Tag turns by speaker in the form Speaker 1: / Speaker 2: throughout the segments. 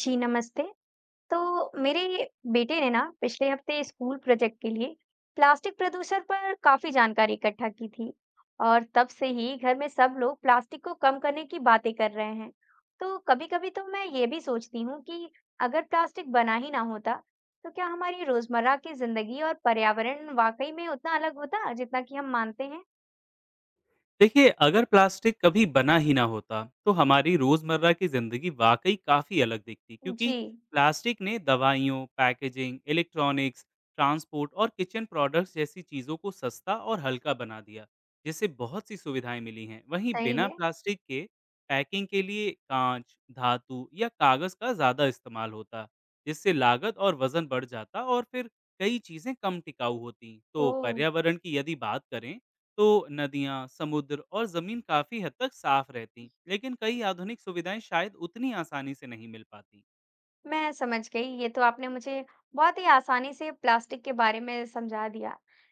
Speaker 1: जी नमस्ते। तो मेरे बेटे ने ना पिछले हफ्ते स्कूल प्रोजेक्ट के लिए प्लास्टिक प्रदूषण पर काफी जानकारी इकट्ठा की थी, और तब से ही घर में सब लोग प्लास्टिक को कम करने की बातें कर रहे हैं। तो कभी-कभी तो मैं ये भी सोचती हूँ कि अगर प्लास्टिक बना ही ना होता, तो क्या हमारी रोजमर्रा की जिंदगी और पर्यावरण वाकई में उतना अलग होता जितना कि हम मानते हैं?
Speaker 2: देखिए, अगर प्लास्टिक कभी बना ही ना होता तो हमारी रोजमर्रा की जिंदगी वाकई काफी अलग दिखती, क्योंकि
Speaker 1: जी।
Speaker 2: प्लास्टिक ने दवाइयों, पैकेजिंग, इलेक्ट्रॉनिक्स, ट्रांसपोर्ट और किचन प्रोडक्ट्स जैसी चीजों को सस्ता और हल्का बना दिया, जिससे बहुत सी सुविधाएं मिली हैं। वहीं
Speaker 1: सही
Speaker 2: बिना
Speaker 1: है।
Speaker 2: प्लास्टिक के पैकिंग के लिए कांच, धातु या कागज का ज्यादा इस्तेमाल होता, जिससे लागत और वजन बढ़ जाता और फिर कई चीजें कम टिकाऊ होती। तो
Speaker 1: ओ।
Speaker 2: पर्यावरण की यदि बात करें तो नदियाँ, समुद्र और ज़मीन काफ़ी हद तक साफ रहती, लेकिन कई आधुनिक सुविधाएं शायद उतनी आसानी से नहीं मिल पाती।
Speaker 1: मैं समझ गई। ये तो आपने मुझे बहुत ही आसानी से प्लास्टिक के बारे में समझा दिया।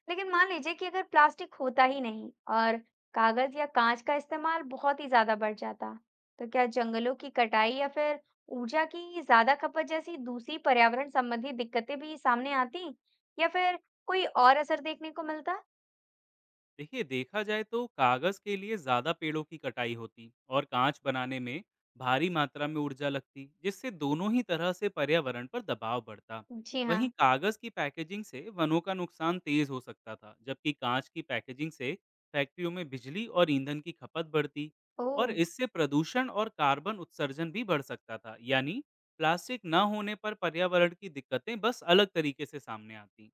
Speaker 1: लेकिन मान लीजिए कि अगर प्लास्टिक होता ही नहीं और कागज़ या कांच का इस्तेमाल बहुत ही ज़्यादा बढ़ जाता, तो क्या जंगलों की कटाई या फिर ऊर्जा की ज़्यादा खपत जैसी दूसरी पर्यावरण संबंधी दिक्कतें भी सामने आती? या फिर कोई और असर देखने को मिलता?
Speaker 2: देखिए देखा जाए तो कागज के लिए ज्यादा पेड़ों की कटाई होती और कांच बनाने में भारी मात्रा में ऊर्जा लगती, जिससे दोनों ही तरह से पर्यावरण पर दबाव बढ़ता।
Speaker 1: जी
Speaker 2: वहीं
Speaker 1: हाँ।
Speaker 2: कागज की पैकेजिंग से वनों का नुकसान तेज हो सकता था, जबकि कांच की पैकेजिंग से फैक्ट्रियों में बिजली और ईंधन की खपत बढ़ती और
Speaker 1: ओह!
Speaker 2: इससे प्रदूषण और कार्बन उत्सर्जन भी बढ़ सकता था। यानी प्लास्टिक न होने पर पर्यावरण की दिक्कतें बस अलग तरीके से सामने आती।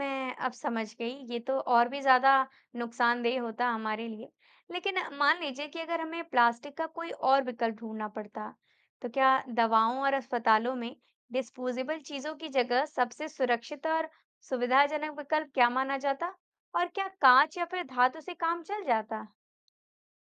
Speaker 1: मैं अब समझ गई, ये तो और भी ज़्यादा नुकसानदेह होता हमारे लिए। लेकिन मान लीजिए कि अगर हमें प्लास्टिक का कोई और विकल्प ढूँढना पड़ता, तो क्या दवाओं और अस्पतालों में डिस्पोजेबल चीज़ों की जगह सबसे सुरक्षित और सुविधाजनक विकल्प क्या माना जाता? और क्या काँच या फिर धातु से काम चल जाता?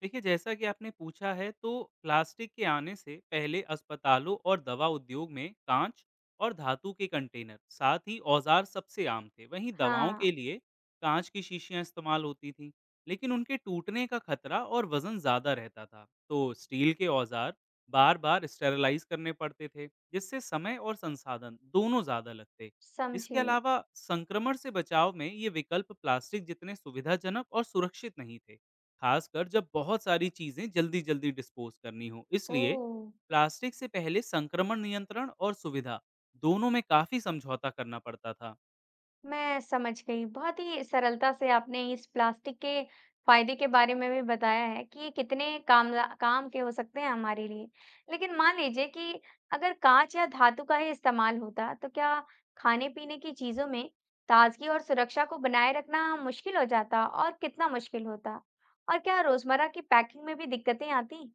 Speaker 2: देखिए, जैसा कि आपने पूछा है तो प्लास्टिक के आने से पहले अस्पतालों और दवा उद्योग में कांच और धातु के कंटेनर, साथ ही औजार सबसे आम थे। वहीं दवाओं
Speaker 1: हाँ,
Speaker 2: के लिए कांच की शीशियां इस्तेमाल होती थीं, लेकिन उनके टूटने का खतरा और वजन ज़्यादा रहता था। तो स्टील के औजार बार बार स्टेरलाइज करने पड़ते थे, जिससे समय और संसाधन दोनों ज़्यादा लगते। इसके
Speaker 1: समझी।
Speaker 2: अलावा संक्रमण से बचाव में ये विकल्प प्लास्टिक जितने सुविधाजनक और सुरक्षित नहीं थे, खासकर जब बहुत सारी चीजें जल्दी जल्दी डिस्पोज करनी हो। इसलिए
Speaker 1: ओह!
Speaker 2: प्लास्टिक से पहले संक्रमण नियंत्रण और सुविधा दोनों में काफी समझौता करना पड़ता था।
Speaker 1: मैं समझ गई। बहुत ही सरलता से आपने इस प्लास्टिक के फायदे के बारे में भी बताया है कि ये कितने काम काम के हो सकते हैं हमारे लिए। लेकिन मान लीजिए कि अगर काँच या धातु का ही इस्तेमाल होता, तो क्या खाने-पीने की चीज़ों में ताज़गी और सुरक्षा को बनाए रखना मुश्किल हो जाता और कितना मुश्किल होता? और क्या रोज़मर्रा की पैकिंग में भी दिक्कतें आती?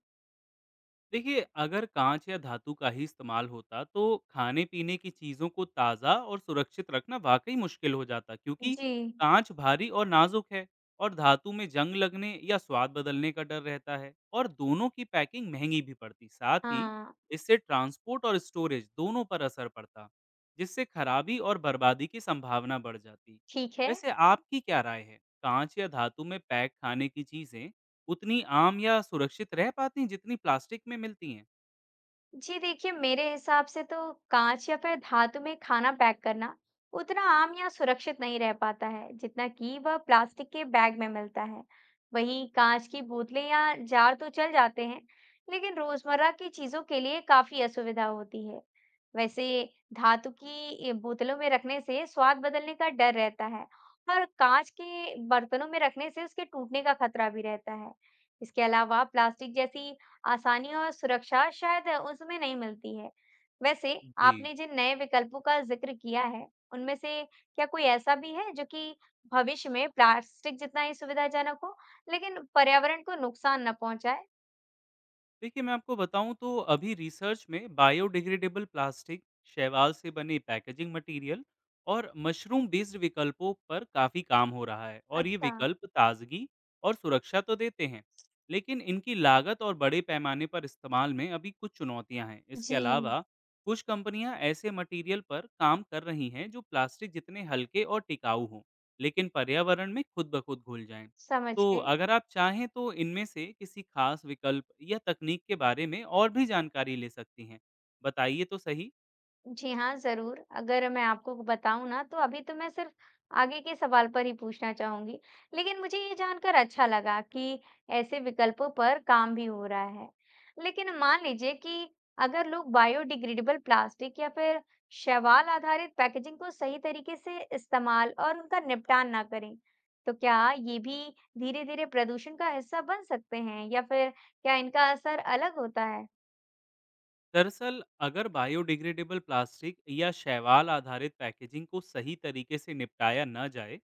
Speaker 2: देखिए, अगर काँच या धातु का ही इस्तेमाल होता, तो खाने-पीने की चीज़ों को ताज़ा और सुरक्षित रखना वाक़ई मुश्किल हो जाता, क्योंकि
Speaker 1: जी।
Speaker 2: काँच भारी और नाज़ुक है और धातु में जंग लगने या स्वाद बदलने का डर रहता है और दोनों की पैकिंग महँगी भी पड़ती। साथ ही
Speaker 1: हाँ,
Speaker 2: इससे ट्रांसपोर्ट और स्टोरेज दोनों पर असर पड़ता, जिससे खराबी और बर्बादी की संभावना बढ़ जाती।
Speaker 1: ठीक है।
Speaker 2: वैसे आपकी क्या राय है? काँच या धातु में पैक खाने की चीज़ें उतनी आम या सुरक्षित रह पाती हैं जितनी प्लास्टिक में मिलती हैं?
Speaker 1: जी देखिए, मेरे हिसाब से तो कांच या फिर धातु में खाना पैक करना उतना आम या सुरक्षित नहीं रह पाता है जितना कि वह प्लास्टिक के बैग में मिलता है। वहीं कांच की बोतलें या जार तो चल जाते हैं, लेकिन रोजमर्रा की चीजों के लिए काफी असुविधा होती है। वैसे धातु की ये बोतलों में रखने से स्वाद बदलने का डर रहता है, और कांच के बर्तनों में रखने से उसके टूटने का खतरा भी रहता है। इसके अलावा प्लास्टिक जैसी आसानी और सुरक्षा शायद उसमें नहीं मिलती है। वैसे
Speaker 2: जी।
Speaker 1: आपने जिन नए विकल्पों का जिक्र किया है, उनमें से क्या कोई ऐसा भी है जो कि भविष्य में प्लास्टिक जितना ही सुविधाजनक हो, लेकिन पर्यावरण को नुकसान ना पहुंचाए?
Speaker 2: देखिए, मैं आपको बताऊँ तो अभी रिसर्च में बायोडिग्रेडेबल प्लास्टिक, शैवाल से बने पैकेजिंग मटेरियल और मशरूम बेस्ड विकल्पों पर काफ़ी काम हो रहा है और ये
Speaker 1: अच्छा।
Speaker 2: विकल्प ताज़गी और सुरक्षा तो देते हैं, लेकिन इनकी लागत और बड़े पैमाने पर इस्तेमाल में अभी कुछ चुनौतियाँ हैं। इसके
Speaker 1: जी।
Speaker 2: अलावा कुछ कंपनियाँ ऐसे मटेरियल पर काम कर रही हैं जो प्लास्टिक जितने हल्के और टिकाऊ हों, लेकिन पर्यावरण में खुद ब खुद घुल जाएँ।
Speaker 1: समझ
Speaker 2: तो
Speaker 1: गई।
Speaker 2: अगर आप चाहें तो इनमें से किसी खास विकल्प या तकनीक के बारे में और भी जानकारी ले सकती हैं। बताइए तो सही।
Speaker 1: जी हाँ, ज़रूर। अगर मैं आपको बताऊँ ना, तो अभी तो मैं सिर्फ़ आगे के सवाल पर ही पूछना चाहूँगी। लेकिन मुझे ये जानकर अच्छा लगा कि ऐसे विकल्पों पर काम भी हो रहा है। लेकिन मान लीजिए कि अगर लोग बायोडिग्रेडेबल प्लास्टिक या फिर शैवाल आधारित पैकेजिंग को सही तरीके से इस्तेमाल और उनका निपटान ना करें, तो क्या ये भी धीरे-धीरे प्रदूषण का हिस्सा बन सकते हैं या फिर क्या इनका असर अलग होता है?
Speaker 2: दरअसल अगर बायोडिग्रेडेबल प्लास्टिक या शैवाल आधारित पैकेजिंग को सही तरीके से निपटाया न जाए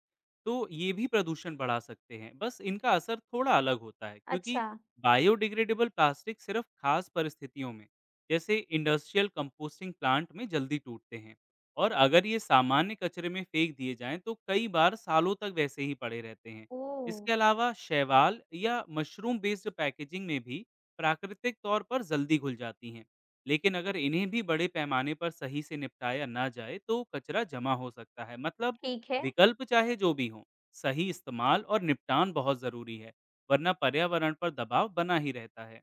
Speaker 2: तो ये भी प्रदूषण बढ़ा सकते हैं, बस इनका असर थोड़ा अलग होता है, क्योंकि
Speaker 1: अच्छा।
Speaker 2: बायोडिग्रेडेबल प्लास्टिक सिर्फ खास परिस्थितियों में, जैसे इंडस्ट्रियल कंपोस्टिंग प्लांट में जल्दी टूटते हैं और अगर ये सामान्य कचरे में फेंक दिए जाएं तो कई बार सालों तक वैसे ही पड़े रहते हैं।
Speaker 1: ओह!
Speaker 2: इसके अलावा शैवाल या मशरूम बेस्ड पैकेजिंग में भी प्राकृतिक तौर पर जल्दी घुल जाती हैं, लेकिन अगर इन्हें भी बड़े पैमाने पर सही से निपटाया ना जाए तो कचरा जमा हो सकता है। मतलब
Speaker 1: ठीक है।
Speaker 2: विकल्प चाहे जो भी हो, सही इस्तेमाल और निपटान बहुत जरूरी है, वरना पर्यावरण पर दबाव बना ही रहता है।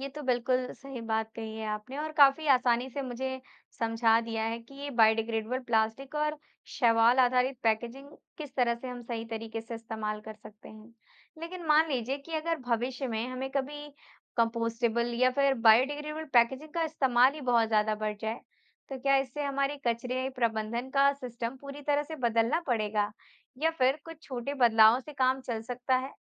Speaker 1: ये तो बिल्कुल सही बात कही है आपने, और काफ़ी आसानी से मुझे समझा दिया है कि ये बायोडिग्रेडेबल प्लास्टिक और शैवाल आधारित पैकेजिंग किस तरह से हम सही तरीके से इस्तेमाल कर सकते हैं। लेकिन मान लीजिए कि अगर भविष्य में हमें कभी कंपोस्टेबल या फिर बायोडिग्रेडेबल पैकेजिंग का इस्तेमाल ही बहुत ज़्यादा बढ़ जाए, तो क्या इससे हमारे कचरे प्रबंधन का सिस्टम पूरी तरह से बदलना पड़ेगा, या फिर कुछ छोटे बदलावों से काम चल सकता है?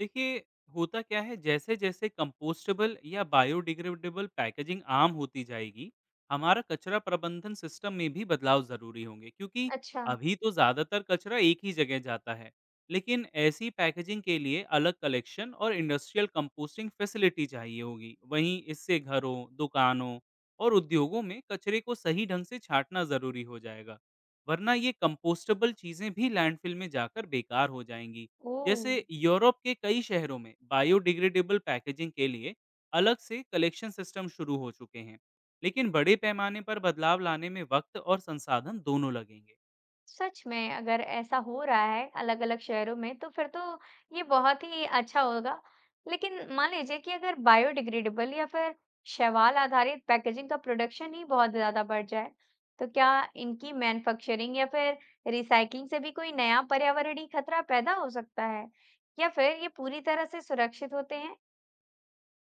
Speaker 2: देखिए, होता क्या है जैसे-जैसे कंपोस्टेबल या बायोडिग्रेडेबल पैकेजिंग आम होती जाएगी, हमारा कचरा प्रबंधन सिस्टम में भी बदलाव ज़रूरी होंगे, क्योंकि
Speaker 1: अच्छा।
Speaker 2: अभी तो ज़्यादातर कचरा एक ही जगह जाता है। लेकिन ऐसी पैकेजिंग के लिए अलग कलेक्शन और इंडस्ट्रियल कंपोस्टिंग फैसिलिटी चाहिए होगी। वहीं इससे घरों, दुकानों और उद्योगों में कचरे को सही ढंग से छाँटना ज़रूरी हो जाएगा, वरना ये कंपोस्टेबल चीज़ें भी लैंडफ़िल में जाकर बेकार हो जाएँगी।
Speaker 1: ओह!
Speaker 2: जैसे यूरोप के कई शहरों में बायोडिग्रेडेबल पैकेजिंग के लिए अलग से कलेक्शन सिस्टम शुरू हो चुके हैं, लेकिन बड़े पैमाने पर बदलाव लाने में वक्त और संसाधन दोनों लगेंगे।
Speaker 1: सच में अगर ऐसा हो रहा है अलग अलग शहरों में, तो फिर तो ये बहुत ही अच्छा होगा। लेकिन मान लीजिए कि अगर बायोडिग्रेडेबल या फिर शैवाल आधारित पैकेजिंग का प्रोडक्शन ही बहुत ज्यादा बढ़ जाए, तो क्या इनकी मैन्युफैक्चरिंग या फिर रिसाइकलिंग से भी कोई नया पर्यावरणीय खतरा पैदा हो सकता है, या फिर ये पूरी तरह से सुरक्षित होते हैं?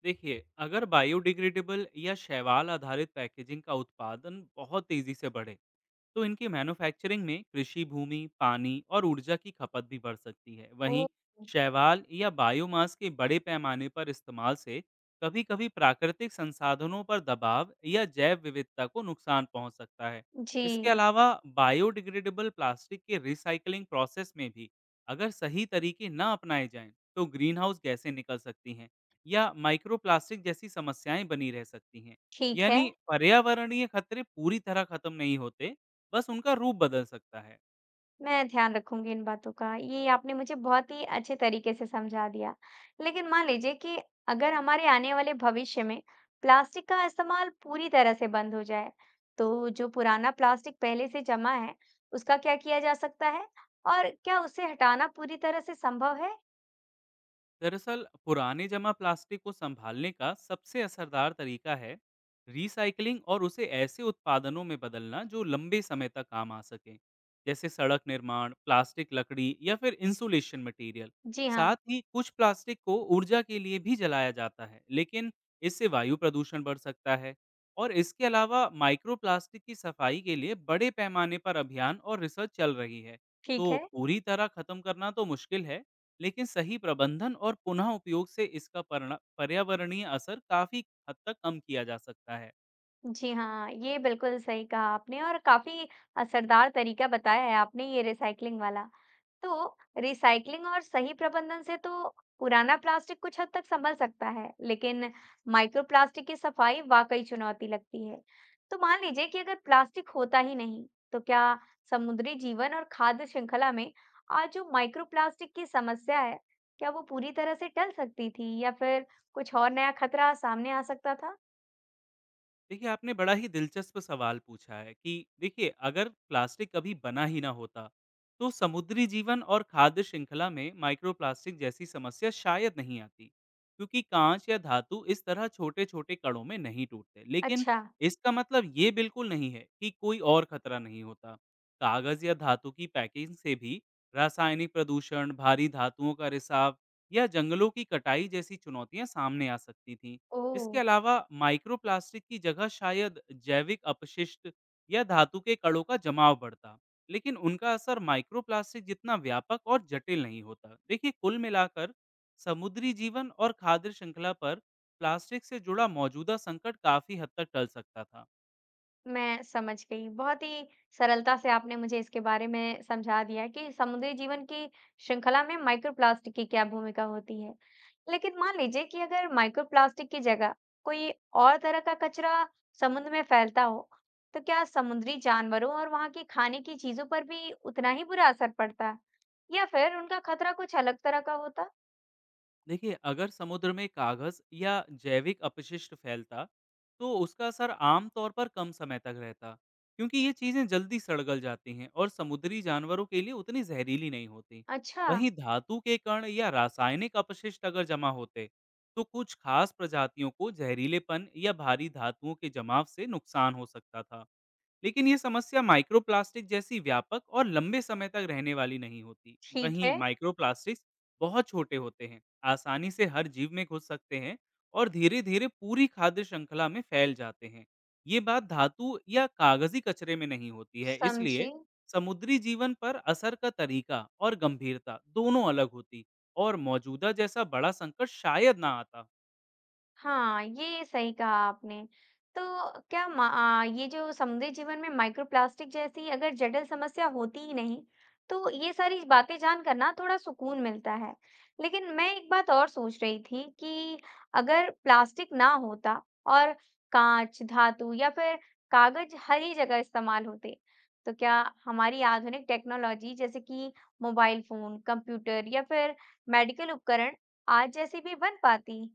Speaker 2: देखिए, अगर बायोडिग्रेडेबल या शैवाल आधारित पैकेजिंग का उत्पादन बहुत तेजी से बढ़े, तो इनकी मैन्युफैक्चरिंग में कृषि भूमि, पानी और ऊर्जा की खपत भी बढ़ सकती है।
Speaker 1: ओ।
Speaker 2: वहीं शैवाल या बायोमास के बड़े पैमाने पर इस्तेमाल से कभी-कभी प्राकृतिक संसाधनों पर दबाव या जैव विविधता को नुकसान पहुंच सकता है। इसके
Speaker 1: जी।
Speaker 2: अलावा बायोडिग्रेडेबल प्लास्टिक के रिसाइकलिंग प्रोसेस में भी अगर सही तरीके ना अपनाए जाएं, तो ग्रीनहाउस गैसें निकल सकती हैं या माइक्रोप्लास्टिक जैसी समस्याएं बनी रह सकती हैं।
Speaker 1: ठीक है।
Speaker 2: यानी पर्यावरणीय खतरे पूरी तरह खत्म नहीं होते, बस उनका रूप बदल सकता है।
Speaker 1: मैं ध्यान रखूंगी इन बातों का। ये आपने मुझे बहुत ही अच्छे तरीके से समझा दिया। लेकिन मान लीजिए कि अगर हमारे आने वाले भविष्य में प्लास्टिक का इस्तेमाल पूरी तरह से बंद हो जाए, तो जो पुराना प्लास्टिक पहले से जमा है, उसका क्या किया जा सकता है? और क्या उसे हटाना पूरी तरह से संभव है?
Speaker 2: दरअसल पुराने जमा प्लास्टिक को संभालने का सबसे असरदार तरीका है रिसाइकलिंग और उसे ऐसे उत्पादनों में बदलना जो लंबे समय तक काम आ सकें, जैसे सड़क निर्माण, प्लास्टिक लकड़ी या फिर इंसुलेशन मटेरियल।
Speaker 1: जी हाँ,
Speaker 2: साथ ही कुछ प्लास्टिक को ऊर्जा के लिए भी जलाया जाता है, लेकिन इससे वायु प्रदूषण बढ़ सकता है। और इसके अलावा माइक्रो प्लास्टिक की सफाई के लिए बड़े पैमाने पर अभियान और रिसर्च चल रही है। तो
Speaker 1: ठीक है।
Speaker 2: पूरी तरह खत्म करना तो मुश्किल है, लेकिन सही प्रबंधन और पुनः उपयोग से इसका पर्यावरणीय असर काफी हद तक कम किया जा सकता है।
Speaker 1: जी हाँ, ये बिल्कुल सही कहा आपने, और काफ़ी असरदार तरीका बताया है आपने, ये रिसाइक्लिंग वाला। तो रिसाइकलिंग और सही प्रबंधन से तो पुराना प्लास्टिक कुछ हद तक संभल सकता है, लेकिन माइक्रोप्लास्टिक की सफाई वाकई चुनौती लगती है। तो मान लीजिए कि अगर प्लास्टिक होता ही नहीं, तो क्या समुद्री जीवन और खाद्य श्रृंखला में आज जो माइक्रोप्लास्टिक की समस्या है, क्या वो पूरी तरह से टल सकती थी, या फिर कुछ और नया खतरा सामने आ सकता था?
Speaker 2: देखिए, आपने बड़ा ही दिलचस्प सवाल पूछा है कि देखिए, अगर प्लास्टिक कभी बना ही ना होता, तो समुद्री जीवन और खाद्य श्रृंखला में माइक्रोप्लास्टिक जैसी समस्या शायद नहीं आती, क्योंकि कांच या धातु इस तरह छोटे-छोटे कणों में नहीं टूटते। लेकिन
Speaker 1: अच्छा।
Speaker 2: इसका मतलब ये बिल्कुल नहीं है कि कोई और खतरा नहीं होता। कागज या धातु की पैकिंग से भी रासायनिक प्रदूषण, भारी धातुओं का रिसाव या जंगलों की कटाई जैसी चुनौतियां सामने आ सकती थीं।
Speaker 1: ओ।
Speaker 2: इसके अलावा माइक्रोप्लास्टिक की जगह शायद जैविक अपशिष्ट या धातु के कणों का जमाव बढ़ता, लेकिन उनका असर माइक्रोप्लास्टिक जितना व्यापक और जटिल नहीं होता। देखिए, कुल मिलाकर समुद्री जीवन और खाद्य श्रृंखला पर प्लास्टिक से जुड़ा मौजूदा संकट काफी हद तक टल सकता था।
Speaker 1: मैं समझ गई। बहुत ही सरलता से आपने मुझे इसके बारे में समझा दिया कि समुद्री जीवन की श्रृंखला में माइक्रोप्लास्टिक की क्या भूमिका होती है। लेकिन मान लीजिए कि अगर माइक्रोप्लास्टिक की जगह कोई और तरह का कचरा समुद्र में फैलता हो, तो क्या समुद्री जानवरों और वहाँ की खाने की चीजों पर भी उतना ही बुरा असर पड़ता है? या फिर उनका खतरा कुछ अलग तरह का होता?
Speaker 2: देखिए, अगर समुद्र में कागज़ या जैविक अपशिष्ट फैलता, तो उसका असर आम तौर पर कम समय तक रहता, क्योंकि ये चीज़ें जल्दी सड़गल जाती हैं और समुद्री जानवरों के लिए उतनी जहरीली नहीं होती।
Speaker 1: अच्छा।
Speaker 2: वहीं धातु के कण या रासायनिक अपशिष्ट अगर जमा होते, तो कुछ खास प्रजातियों को जहरीलेपन या भारी धातुओं के जमाव से नुकसान हो सकता था। लेकिन ये समस्या माइक्रोप्लास्टिक जैसी व्यापक और लंबे समय तक रहने वाली नहीं होती।
Speaker 1: ठीक
Speaker 2: वहीं
Speaker 1: है,
Speaker 2: माइक्रोप्लास्टिक्स बहुत छोटे होते हैं, आसानी से हर जीव में घुस सकते हैं और धीरे धीरे पूरी खाद्य श्रृंखला में फैल जाते हैं। ये बात धातु या कागजी कचरे में नहीं होती है। इसलिए
Speaker 1: समझी।
Speaker 2: समुद्री जीवन पर असर का तरीका और गंभीरता दोनों अलग होती और मौजूदा जैसा बड़ा संकट शायद ना आता।
Speaker 1: हाँ, ये सही कहा आपने। तो ये जो समुद्री जीवन में माइक्रोप्लास्टिक जैसी अगर जटिल समस्या होती ही नहीं, तो ये सारी बातें जानकर ना थोड़ा सुकून मिलता है। लेकिन मैं एक बात और सोच रही थी कि अगर प्लास्टिक ना होता और कांच, धातु या फिर कागज हर ही जगह इस्तेमाल होते, तो क्या हमारी आधुनिक टेक्नोलॉजी जैसे कि मोबाइल फ़ोन, कंप्यूटर या फिर मेडिकल उपकरण आज जैसी भी बन पाती?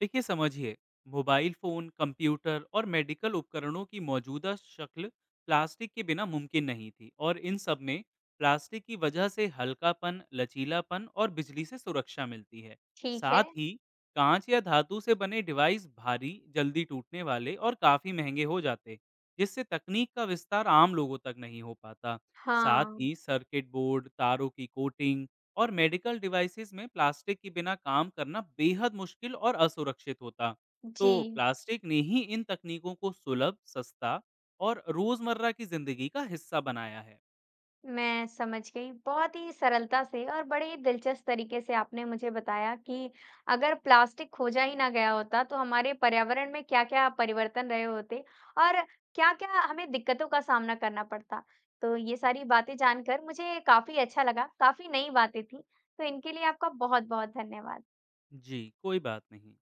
Speaker 2: देखिए, समझिए, मोबाइल फोन, कंप्यूटर और मेडिकल उपकरणों की मौजूदा शक्ल प्लास्टिक के बिना मुमकिन नहीं थी और इन सब में प्लास्टिक की वजह से हल्कापन, लचीलापन और बिजली से सुरक्षा मिलती है।
Speaker 1: ठीक
Speaker 2: साथ
Speaker 1: है,
Speaker 2: ही कांच या धातु से बने डिवाइस भारी, जल्दी टूटने वाले और काफ़ी महंगे हो जाते, जिससे तकनीक का विस्तार आम लोगों तक नहीं हो पाता। साथ
Speaker 1: हाँ,
Speaker 2: ही सर्किट बोर्ड, तारों की कोटिंग और मेडिकल डिवाइसेस में प्लास्टिक के बिना काम करना बेहद मुश्किल और असुरक्षित होता। तो
Speaker 1: जी,
Speaker 2: प्लास्टिक ने ही इन तकनीकों को सुलभ, सस्ता और रोजमर्रा की जिंदगी का हिस्सा बनाया है।
Speaker 1: मैं समझ गई। बहुत ही सरलता से और बड़े ही दिलचस्प तरीके से आपने मुझे बताया कि अगर प्लास्टिक खोजा ही ना गया होता, तो हमारे पर्यावरण में क्या-क्या परिवर्तन रहे होते, और क्या-क्या हमें दिक्कतों का सामना करना पड़ता। तो ये सारी बातें जानकर मुझे काफ़ी अच्छा लगा, काफ़ी नई बातें थीं, तो इनके लिए आपका बहुत-बहुत धन्यवाद।
Speaker 2: जी, कोई बात नहीं।